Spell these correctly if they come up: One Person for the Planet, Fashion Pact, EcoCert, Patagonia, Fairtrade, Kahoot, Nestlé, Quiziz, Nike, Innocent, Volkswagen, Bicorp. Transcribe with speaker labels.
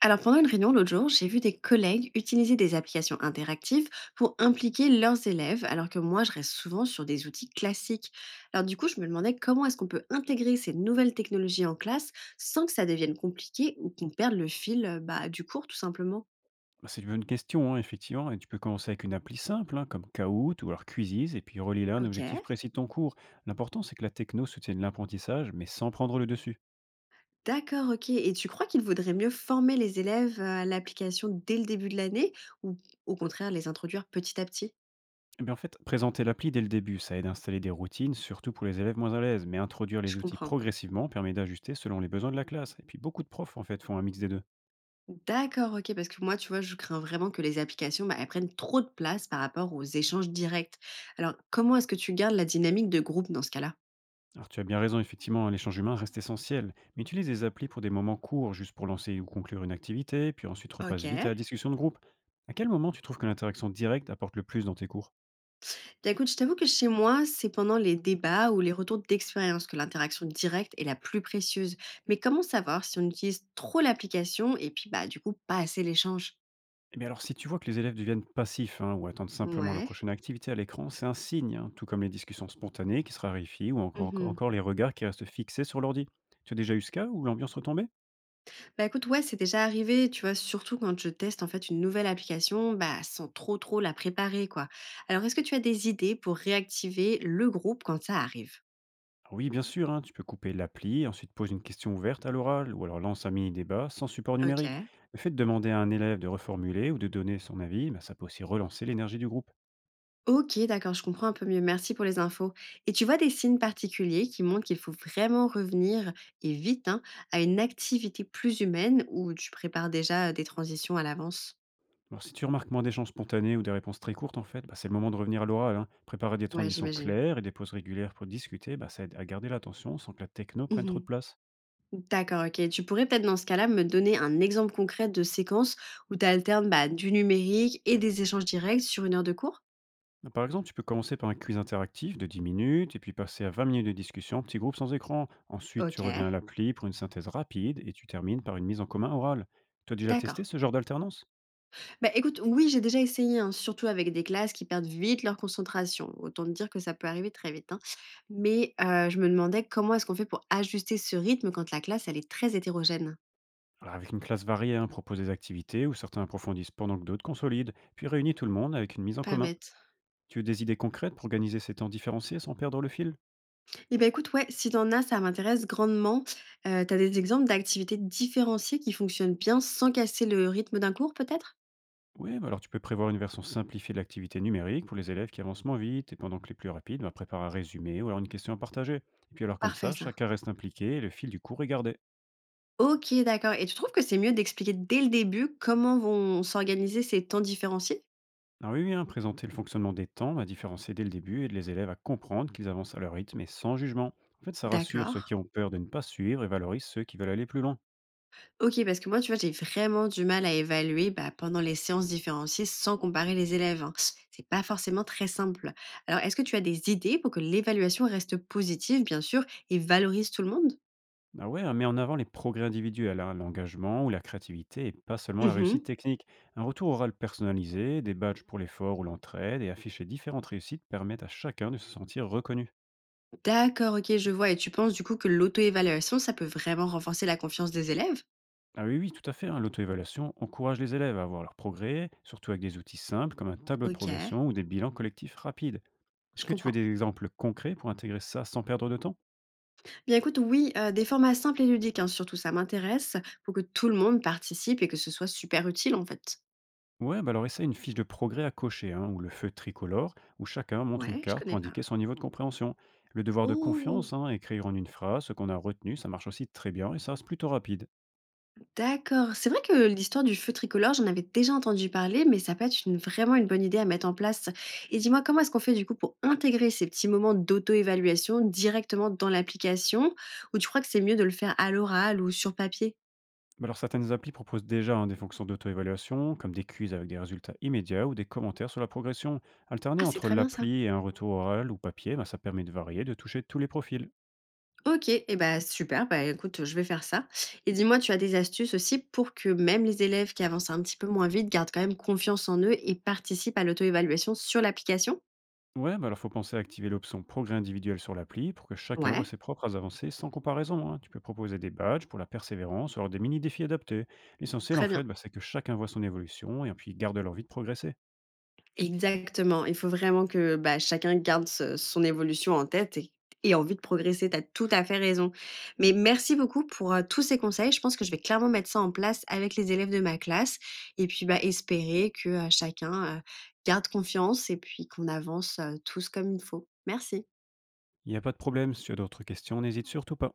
Speaker 1: Alors pendant une réunion l'autre jour, j'ai vu des collègues utiliser des applications interactives pour impliquer leurs élèves, alors que moi je reste souvent sur des outils classiques. Alors du coup, je me demandais comment est-ce qu'on peut intégrer ces nouvelles technologies en classe sans que ça devienne compliqué ou qu'on perde le fil du cours tout simplement.
Speaker 2: Bah, c'est une bonne question, hein, effectivement. Et tu peux commencer avec une appli simple, hein, comme Kahoot ou alors Quiziz, et puis relie là un
Speaker 1: Ok,
Speaker 2: objectif précis de ton cours. L'important, c'est que la techno soutienne l'apprentissage, mais sans prendre le dessus.
Speaker 1: d'accord, ok. Et tu crois qu'il vaudrait mieux former les élèves à l'application dès le début de l'année ou au contraire les introduire petit à petit.
Speaker 2: Et bien en fait, présenter l'appli dès le début, ça aide à installer des routines, surtout pour les élèves moins à l'aise, mais introduire
Speaker 1: Je
Speaker 2: les outils
Speaker 1: comprends.
Speaker 2: progressivement permet d'ajuster selon les besoins de la classe. Et puis beaucoup de profs, en fait, font un mix des deux.
Speaker 1: D'accord, OK, parce que moi, tu vois, je crains vraiment que les applications, bah, elles prennent trop de place par rapport aux échanges directs. Alors, comment est-ce que tu gardes la dynamique de groupe dans ce cas-là?
Speaker 2: Alors tu as bien raison, effectivement, hein, l'échange humain reste essentiel, mais utilise des applis pour des moments courts, juste pour lancer ou conclure une activité, puis ensuite
Speaker 1: Ok.
Speaker 2: repasse vite à la discussion de groupe. À quel moment tu trouves que l'interaction directe apporte le plus dans tes cours?
Speaker 1: Bah, écoute, je t'avoue que chez moi, c'est pendant les débats ou les retours d'expérience que l'interaction directe est la plus précieuse. Mais comment savoir si on utilise trop l'application et puis, bah, du coup, pas assez l'échange?
Speaker 2: Eh bien alors si tu vois que les élèves deviennent passifs, hein, ou attendent simplement la
Speaker 1: Ouais.
Speaker 2: prochaine activité à l'écran, c'est un signe, hein, tout comme les discussions spontanées qui se raréfient ou encore les regards qui restent fixés sur l'ordi. Tu as déjà eu ce cas où l'ambiance retombait?
Speaker 1: Bah, écoute, ouais, c'est déjà arrivé, tu vois, surtout quand je teste en fait une nouvelle application, bah, sans trop la préparer, quoi. Alors, est-ce que tu as des idées pour réactiver le groupe quand ça arrive?
Speaker 2: Oui, bien sûr, hein, tu peux couper l'appli, ensuite pose une question ouverte à l'oral, ou alors lance un mini-débat sans support
Speaker 1: Ok.
Speaker 2: numérique. Le fait de demander à un élève de reformuler ou de donner son avis, bah, ça peut aussi relancer l'énergie du groupe.
Speaker 1: Ok, d'accord, je comprends un peu mieux. Merci pour les infos. Et tu vois des signes particuliers qui montrent qu'il faut vraiment revenir, et vite, hein, à une activité plus humaine où tu prépares déjà des transitions à l'avance?
Speaker 2: Alors si tu remarques moins d'échanges spontanés ou des réponses très courtes, en fait, bah, c'est le moment de revenir à l'oral, hein. Préparer des
Speaker 1: Ouais,
Speaker 2: transitions
Speaker 1: j'imagine.
Speaker 2: claires et des pauses régulières pour discuter, bah, ça aide à garder l'attention sans que la techno prenne trop de
Speaker 1: Mhm.
Speaker 2: place.
Speaker 1: D'accord, OK. Tu pourrais peut-être dans ce cas-là me donner un exemple concret de séquence où tu alternes, bah, du numérique et des échanges directs sur une heure de cours?
Speaker 2: Bah, par exemple, tu peux commencer par un quiz interactif de 10 minutes et puis passer à 20 minutes de discussion, en petit groupe sans écran. Ensuite, tu reviens à
Speaker 1: OK,
Speaker 2: l'appli pour une synthèse rapide et tu termines par une mise en commun orale. Tu as déjà testé
Speaker 1: d'accord.
Speaker 2: ce genre d'alternance?
Speaker 1: Bah, écoute, oui, j'ai déjà essayé, hein, surtout avec des classes qui perdent vite leur concentration. Autant te dire que ça peut arriver très vite, hein. Mais je me demandais comment est-ce qu'on fait pour ajuster ce rythme quand la classe, elle est très hétérogène?
Speaker 2: Alors, avec une classe variée, hein, propose des activités où certains approfondissent pendant que d'autres consolident, puis réunis tout le monde avec une mise en
Speaker 1: Pas
Speaker 2: commun.
Speaker 1: bête.
Speaker 2: Tu veux des idées concrètes pour organiser ces temps différenciés sans perdre le fil?
Speaker 1: Eh ben écoute, ouais, si t'en as, ça m'intéresse grandement. Tu des exemples d'activités différenciées qui fonctionnent bien sans casser le rythme d'un cours peut-être?
Speaker 2: Oui, bah alors tu peux prévoir une version simplifiée de l'activité numérique pour les élèves qui avancent moins vite, et pendant que les plus rapides, bah, prépare un résumé ou alors une question à partager. Et puis alors comme
Speaker 1: Parfait
Speaker 2: ça,
Speaker 1: ça.
Speaker 2: chacun reste impliqué et le fil du cours est gardé.
Speaker 1: OK, d'accord et tu trouves que c'est mieux d'expliquer dès le début comment vont s'organiser ces temps différenciés?
Speaker 2: Alors oui, oui, hein, présenter le fonctionnement des temps va différencier dès le début et de les élèves à comprendre qu'ils avancent à leur rythme et sans jugement. En fait, ça rassure
Speaker 1: D'accord.
Speaker 2: ceux qui ont peur de ne pas suivre et valorise ceux qui veulent aller plus loin.
Speaker 1: OK, parce que moi, tu vois, j'ai vraiment du mal à évaluer, bah, pendant les séances différenciées sans comparer les élèves, hein. C'est pas forcément très simple. Alors, est-ce que tu as des idées pour que l'évaluation reste positive, bien sûr, et valorise tout le monde?
Speaker 2: Ah ouais, elle met en avant les progrès individuels, hein, l'engagement ou la créativité et pas seulement la
Speaker 1: Mmh.
Speaker 2: réussite technique. Un retour oral personnalisé, des badges pour l'effort ou l'entraide et afficher différentes réussites permettent à chacun de se sentir reconnu.
Speaker 1: D'accord, OK, je vois et tu penses, du coup, que l'auto-évaluation, ça peut vraiment renforcer la confiance des élèves?
Speaker 2: Ah oui, oui, tout à fait, hein, l'auto-évaluation encourage les élèves à voir leurs progrès, surtout avec des outils simples comme un tableau de
Speaker 1: OK,
Speaker 2: progression ou des bilans collectifs rapides. Est-ce
Speaker 1: je
Speaker 2: que tu veux
Speaker 1: comprends.
Speaker 2: des exemples concrets pour intégrer ça sans perdre de temps?
Speaker 1: Bien écoute, oui, des formats simples et ludiques, hein, surtout ça m'intéresse, pour que tout le monde participe et que ce soit super utile, en fait.
Speaker 2: Ouais, bah alors essaie une fiche de progrès à cocher, hein, ou le feu tricolore, où chacun montre une
Speaker 1: Ouais, je
Speaker 2: carte pour
Speaker 1: connais pas.
Speaker 2: indiquer son niveau de compréhension. Le devoir de
Speaker 1: Oh!
Speaker 2: confiance, hein, écrire en une phrase ce qu'on a retenu, ça marche aussi très bien et ça reste plutôt rapide.
Speaker 1: D'accord. C'est vrai que l'histoire du feu tricolore, j'en avais déjà entendu parler, mais ça peut être une vraiment une bonne idée à mettre en place. Et dis-moi, comment est-ce qu'on fait, du coup, pour intégrer ces petits moments d'auto-évaluation directement dans l'application? Ou tu crois que c'est mieux de le faire à l'oral ou sur papier?
Speaker 2: Bah alors certaines applis proposent déjà, hein, des fonctions d'auto-évaluation, comme des quiz avec des résultats immédiats ou des commentaires sur la progression.
Speaker 1: Ah,
Speaker 2: Alterner
Speaker 1: c'est
Speaker 2: entre
Speaker 1: très bien ça.
Speaker 2: l'appli et un retour oral ou papier, bah, ça permet de varier, de toucher tous les profils.
Speaker 1: OK et bah, super, bah, écoute, je vais faire ça et dis-moi, tu as des astuces aussi pour que même les élèves qui avancent un petit peu moins vite gardent quand même confiance en eux et participent à l'auto-évaluation sur l'application?
Speaker 2: Ouais, bah alors faut penser à activer l'option progrès individuel sur l'appli pour que chacun voit
Speaker 1: Ouais,
Speaker 2: ses propres avancées sans comparaison, hein. Tu peux proposer des badges pour la persévérance ou alors des mini-défis adaptés. L'essentiel, en
Speaker 1: très
Speaker 2: fait,
Speaker 1: bien.
Speaker 2: bah, c'est que chacun voit son évolution et puis garde l'envie de progresser.
Speaker 1: Exactement, il faut vraiment que, bah, chacun garde ce son évolution en tête et envie de progresser, tu as tout à fait raison. Mais merci beaucoup pour, tous ces conseils. Je pense que je vais clairement mettre ça en place avec les élèves de ma classe et puis, bah, espérer que, chacun, garde confiance et puis qu'on avance, tous comme il faut. Merci.
Speaker 2: Il n'y a pas de problème, si tu as d'autres questions, n'hésite surtout pas.